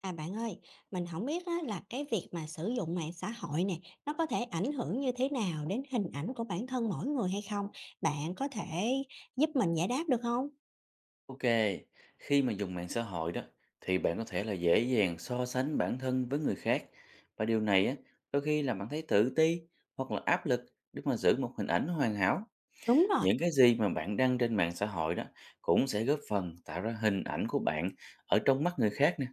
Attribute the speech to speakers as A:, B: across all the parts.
A: À bạn ơi, mình không biết á, là cái việc mà sử dụng mạng xã hội nè, nó có thể ảnh hưởng như thế nào đến hình ảnh của bản thân mỗi người hay không? Bạn có thể giúp mình giải đáp được không?
B: Ok, khi mà dùng mạng xã hội đó thì bạn có thể là dễ dàng so sánh bản thân với người khác, và điều này á, đôi khi làm bạn thấy tự ti hoặc là áp lực để mà giữ một hình ảnh hoàn hảo.
A: Đúng rồi.
B: Những cái gì mà bạn đăng trên mạng xã hội đó cũng sẽ góp phần tạo ra hình ảnh của bạn ở trong mắt người khác nè,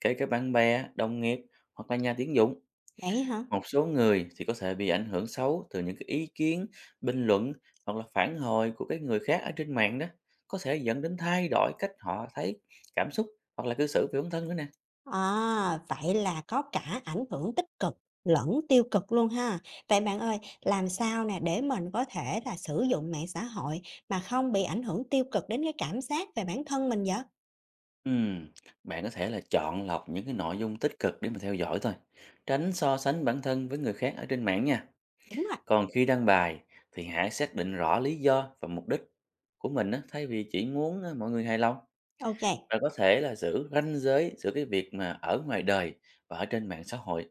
B: kể cả bạn bè, đồng nghiệp hoặc là nhà tuyển dụng.
A: Vậy hả?
B: Một số người thì có thể bị ảnh hưởng xấu từ những cái ý kiến, bình luận hoặc là phản hồi của cái người khác ở trên mạng đó, có thể dẫn đến thay đổi cách họ thấy, cảm xúc hoặc là cư xử về bản thân nữa nè.
A: À, vậy là có cả ảnh hưởng tích cực lẫn tiêu cực luôn ha. Vậy bạn ơi, làm sao nè để mình có thể là sử dụng mạng xã hội mà không bị ảnh hưởng tiêu cực đến cái cảm giác về bản thân mình vậy?
B: Ừm, Bạn có thể là chọn lọc những cái nội dung tích cực để mà theo dõi thôi, tránh so sánh bản thân với người khác ở trên mạng nha.
A: Đúng rồi.
B: Còn khi đăng bài thì hãy xác định rõ lý do và mục đích của mình á, thay vì chỉ muốn mọi người hài lòng.
A: Ok kê.
B: Bạn có thể là giữ ranh giới giữa cái việc mà ở ngoài đời và ở trên mạng xã hội.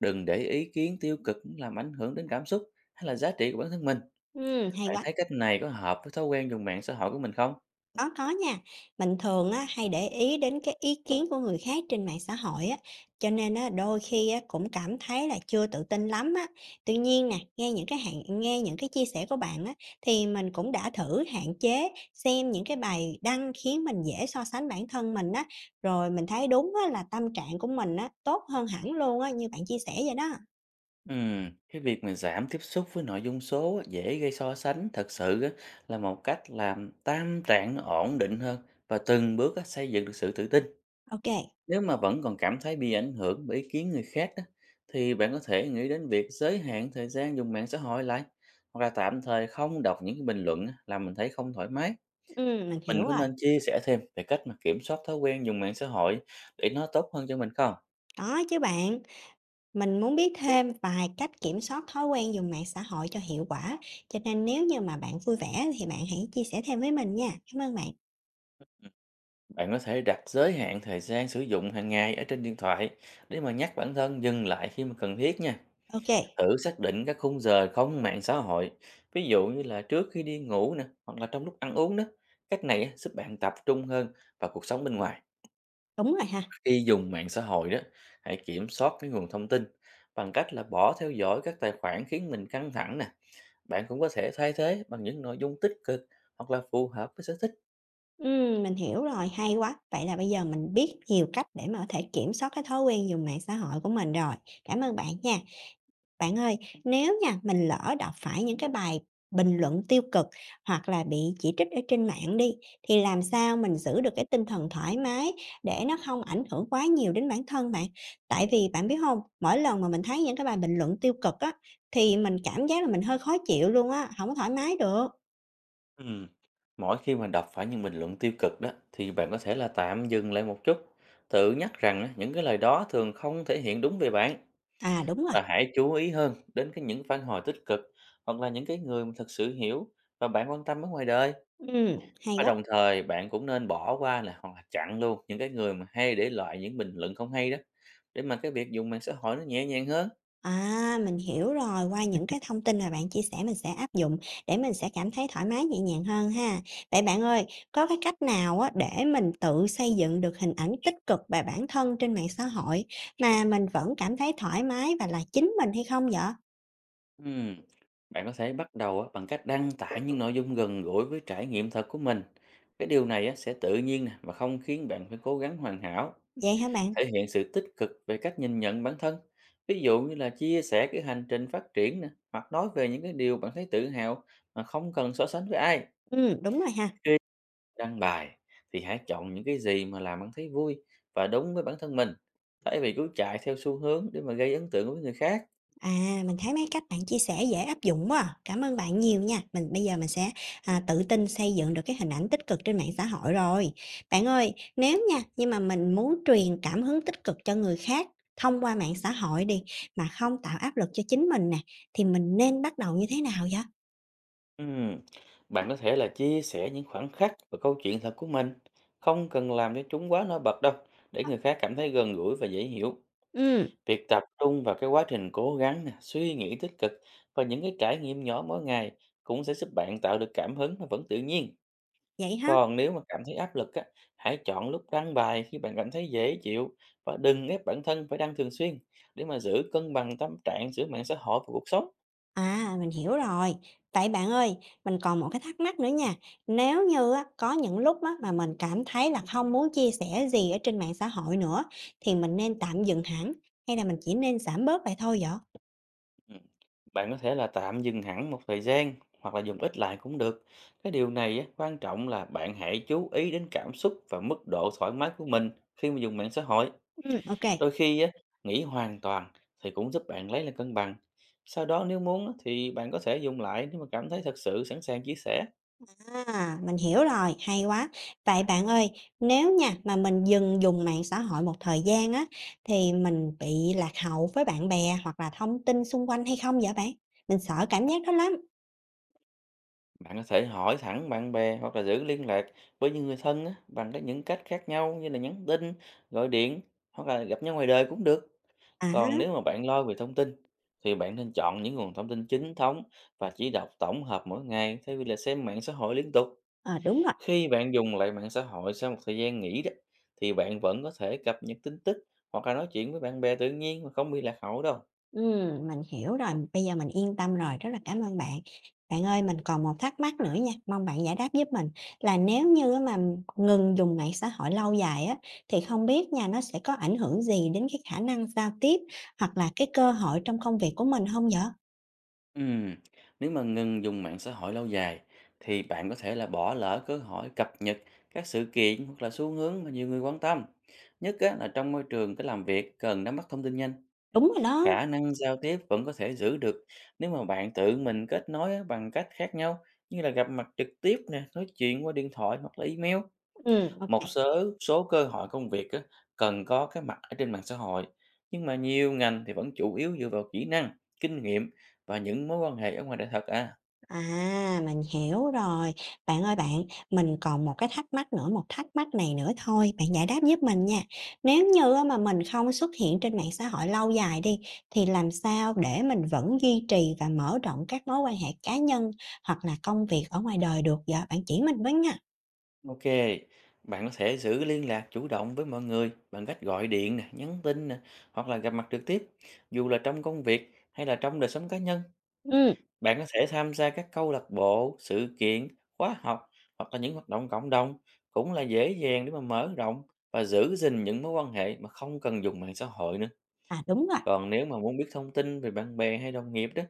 B: Đừng để ý kiến tiêu cực làm ảnh hưởng đến cảm xúc hay là giá trị của bản thân mình.
A: Hay
B: Bạn
A: quá.
B: thấy cách này có hợp với thói quen dùng mạng xã hội của mình không?
A: Có nha. Mình thường á, hay để ý đến cái ý kiến của người khác trên mạng xã hội á, cho nên á, đôi khi á, cũng cảm thấy là chưa tự tin lắm á. Tuy nhiên nè, nghe những cái chia sẻ của bạn á, thì mình cũng đã thử hạn chế xem những cái bài đăng khiến mình dễ so sánh bản thân mình á, rồi mình thấy đúng á, là tâm trạng của mình á, tốt hơn hẳn luôn á, như bạn chia sẻ vậy đó.
B: Cái việc mà giảm tiếp xúc với nội dung số á, dễ gây so sánh thật sự á, là một cách làm tâm trạng nó ổn định hơn và từng bước á, xây dựng được sự tự tin.
A: OK.
B: Nếu mà vẫn còn cảm thấy bị ảnh hưởng bởi ý kiến người khác đó, thì bạn có thể nghĩ đến việc giới hạn thời gian dùng mạng xã hội lại, hoặc là tạm thời không đọc những cái bình luận á, làm mình thấy không thoải mái.
A: Ừm, mình
B: Mình
A: hiểu
B: có
A: rồi.
B: nên chia sẻ thêm về cách mà kiểm soát thói quen dùng mạng xã hội để nó tốt hơn cho mình không?
A: Có chứ bạn. Mình muốn biết thêm vài cách kiểm soát thói quen dùng mạng xã hội cho hiệu quả, cho nên nếu như mà bạn vui vẻ thì bạn hãy chia sẻ thêm với mình nha. Cảm ơn bạn.
B: Bạn có thể đặt giới hạn thời gian sử dụng hàng ngày ở trên điện thoại để mà nhắc bản thân dừng lại khi mà cần thiết nha.
A: OK.
B: Thử xác định các khung giờ không mạng xã hội, ví dụ như là trước khi đi ngủ nè, hoặc là trong lúc ăn uống đó. Cách này á, giúp bạn tập trung hơn vào cuộc sống bên ngoài.
A: Đúng rồi ha.
B: Khi dùng mạng xã hội đó, hãy kiểm soát cái nguồn thông tin bằng cách là bỏ theo dõi các tài khoản khiến mình căng thẳng nè. Bạn cũng có thể thay thế bằng những nội dung tích cực hoặc là phù hợp với sở thích.
A: Mình hiểu rồi, hay quá. Vậy là bây giờ mình biết nhiều cách để mà có thể kiểm soát cái thói quen dùng mạng xã hội của mình rồi. Cảm ơn bạn nha. Bạn ơi, nếu nha mình lỡ đọc phải những cái bài bình luận tiêu cực hoặc là bị chỉ trích ở trên mạng đi thì làm sao mình giữ được cái tinh thần thoải mái để nó không ảnh hưởng quá nhiều đến bản thân bạn. Tại vì bạn biết không, mỗi lần mà mình thấy những cái bài bình luận tiêu cực á, thì mình cảm giác là mình hơi khó chịu luôn á, không có thoải mái được.
B: Ừm, Mỗi khi mà đọc phải những bình luận tiêu cực đó thì bạn có thể là tạm dừng lại một chút, tự nhắc rằng á, những cái lời đó thường không thể hiện đúng về bạn.
A: À, đúng rồi.
B: Và hãy chú ý hơn đến cái những phản hồi tích cực, hoặc là những cái người mà thực sự hiểu và bạn quan tâm ở ngoài đời.
A: Ừm, hay
B: Và
A: quá.
B: đồng thời bạn cũng nên bỏ qua, là hoặc là chặn luôn những cái người mà hay để lại những bình luận không hay đó, để mà cái việc dùng mạng xã hội nó nhẹ nhàng hơn.
A: À, mình hiểu rồi, qua những cái thông tin mà bạn chia sẻ mình sẽ áp dụng để mình sẽ cảm thấy thoải mái nhẹ nhàng hơn ha. Vậy bạn ơi, có cái cách nào á để mình tự xây dựng được hình ảnh tích cực về bản thân trên mạng xã hội mà mình vẫn cảm thấy thoải mái và là chính mình hay không vậy?
B: Ừm, Bạn có thể bắt đầu á, bằng cách đăng tải những nội dung gần gũi với trải nghiệm thật của mình. Cái điều này á, sẽ tự nhiên nè, và không khiến bạn phải cố gắng hoàn hảo.
A: Vậy hả bạn?
B: Thể hiện sự tích cực về cách nhìn nhận bản thân, ví dụ như là chia sẻ cái hành trình phát triển nè, hoặc nói về những cái điều bạn thấy tự hào mà không cần so sánh với ai.
A: Ừ, đúng rồi ha.
B: Đăng bài thì hãy chọn những cái gì mà làm bạn thấy vui và đúng với bản thân mình, thay vì cứ chạy theo xu hướng để mà gây ấn tượng với người khác.
A: À, mình thấy mấy cách bạn chia sẻ dễ áp dụng quá à. Cảm ơn bạn nhiều nha. Mình bây giờ tự tin xây dựng được cái hình ảnh tích cực trên mạng xã hội rồi. Bạn ơi, nếu nha, nhưng mà mình muốn truyền cảm hứng tích cực cho người khác thông qua mạng xã hội đi, mà không tạo áp lực cho chính mình nè, thì mình nên bắt đầu như thế nào vậy?
B: Ừm, Bạn có thể là chia sẻ những khoảnh khắc và câu chuyện thật của mình, không cần làm cho chúng quá nổi bật đâu, để người khác cảm thấy gần gũi và dễ hiểu.
A: Ừm.
B: Việc tập trung vào cái quá trình cố gắng nè, suy nghĩ tích cực và những cái trải nghiệm nhỏ mỗi ngày cũng sẽ giúp bạn tạo được cảm hứng và vẫn tự nhiên.
A: Vậy ha.
B: Còn nếu mà cảm thấy áp lực á, hãy chọn lúc đăng bài khi bạn cảm thấy dễ chịu, và đừng ép bản thân phải đăng thường xuyên để mà giữ cân bằng tâm trạng giữa mạng xã hội và cuộc sống.
A: À, mình hiểu rồi. Vậy bạn ơi, mình còn một cái thắc mắc nữa nha. Nếu như á, có những lúc á, mà mình cảm thấy là không muốn chia sẻ gì ở trên mạng xã hội nữa, thì mình nên tạm dừng hẳn hay là mình chỉ nên giảm bớt vậy thôi vậy?
B: Ừ. Bạn có thể là tạm dừng hẳn một thời gian, hoặc là dùng ít lại cũng được. Cái điều này á, quan trọng là bạn hãy chú ý đến cảm xúc và mức độ thoải mái của mình khi mà dùng mạng xã hội.
A: Ừ, ok.
B: Đôi khi á, nghỉ hoàn toàn thì cũng giúp bạn lấy lại cân bằng. Sau đó nếu muốn á, thì bạn có thể dùng lại nếu mà cảm thấy thật sự sẵn sàng chia sẻ.
A: À, mình hiểu rồi, hay quá. Vậy bạn ơi, nếu nha mà mình dừng dùng mạng xã hội một thời gian á, thì mình bị lạc hậu với bạn bè hoặc là thông tin xung quanh hay không vậy bạn? Mình sợ cảm giác đó lắm.
B: Bạn có thể hỏi thẳng bạn bè, hoặc là giữ liên lạc với những người thân á, bằng các những cách khác nhau như là nhắn tin, gọi điện hoặc là gặp nhau ngoài đời cũng được.
A: À,
B: Còn
A: ha.
B: nếu mà bạn lo về thông tin thì bạn nên chọn những nguồn thông tin chính thống, và chỉ đọc tổng hợp mỗi ngày thay vì là xem mạng xã hội liên tục.
A: Ờ, đúng rồi.
B: Khi bạn dùng lại mạng xã hội sau một thời gian nghỉ đó, thì bạn vẫn có thể cập nhật tin tức hoặc là nói chuyện với bạn bè tự nhiên mà không bị lạc hậu đâu.
A: Mình hiểu rồi, bây giờ mình yên tâm rồi, rất là cảm ơn bạn. Bạn ơi, mình còn một thắc mắc nữa nha, mong bạn giải đáp giúp mình là nếu như á mà ngừng dùng mạng xã hội lâu dài á, thì không biết nha, nó sẽ có ảnh hưởng gì đến cái khả năng giao tiếp hoặc là cái cơ hội trong công việc của mình không vậy?
B: Ừm, Nếu mà ngừng dùng mạng xã hội lâu dài thì bạn có thể là bỏ lỡ cơ hội cập nhật các sự kiện, hoặc là xu hướng mà nhiều người quan tâm. Nhất á, là trong môi trường cái làm việc cần nắm bắt thông tin nhanh,
A: Đúng rồi đó.
B: khả năng giao tiếp vẫn có thể giữ được nếu mà bạn tự mình kết nối á, bằng cách khác nhau như là gặp mặt trực tiếp nè, nói chuyện qua điện thoại hoặc là email.
A: Ừ, ok.
B: Một số số cơ hội công việc á, cần có cái mặt ở trên mạng xã hội, nhưng mà nhiều ngành thì vẫn chủ yếu dựa vào kỹ năng, kinh nghiệm và những mối quan hệ ở ngoài đời thật à.
A: À, mình hiểu rồi. Bạn ơi bạn, mình còn một cái thắc mắc nữa, một thắc mắc này nữa thôi, bạn giải đáp giúp mình nha. Nếu như á mà mình không xuất hiện trên mạng xã hội lâu dài đi, thì làm sao để mình vẫn duy trì và mở rộng các mối quan hệ cá nhân hoặc là công việc ở ngoài đời được vậy? Bạn chỉ mình với nha.
B: Ok, bạn có thể giữ liên lạc chủ động với mọi người bằng cách gọi điện nè, nhắn tin nè, hoặc là gặp mặt trực tiếp, dù là trong công việc hay là trong đời sống cá nhân.
A: Ừ.
B: Bạn có thể tham gia các câu lạc bộ, sự kiện, khóa học hoặc là những hoạt động cộng đồng cũng là dễ dàng để mà mở rộng và giữ gìn những mối quan hệ mà không cần dùng mạng xã hội nữa.
A: À, đúng rồi.
B: Còn nếu mà muốn biết thông tin về bạn bè hay đồng nghiệp đó,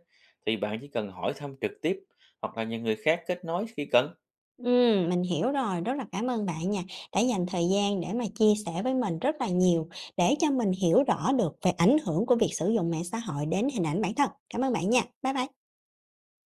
B: thì bạn chỉ cần hỏi thăm trực tiếp hoặc là nhờ người khác kết nối khi cần.
A: Mình hiểu rồi, rất là cảm ơn bạn nha, đã dành thời gian để mà chia sẻ với mình rất là nhiều, để cho mình hiểu rõ được về ảnh hưởng của việc sử dụng mạng xã hội đến hình ảnh bản thân. Cảm ơn bạn nha, bye bye.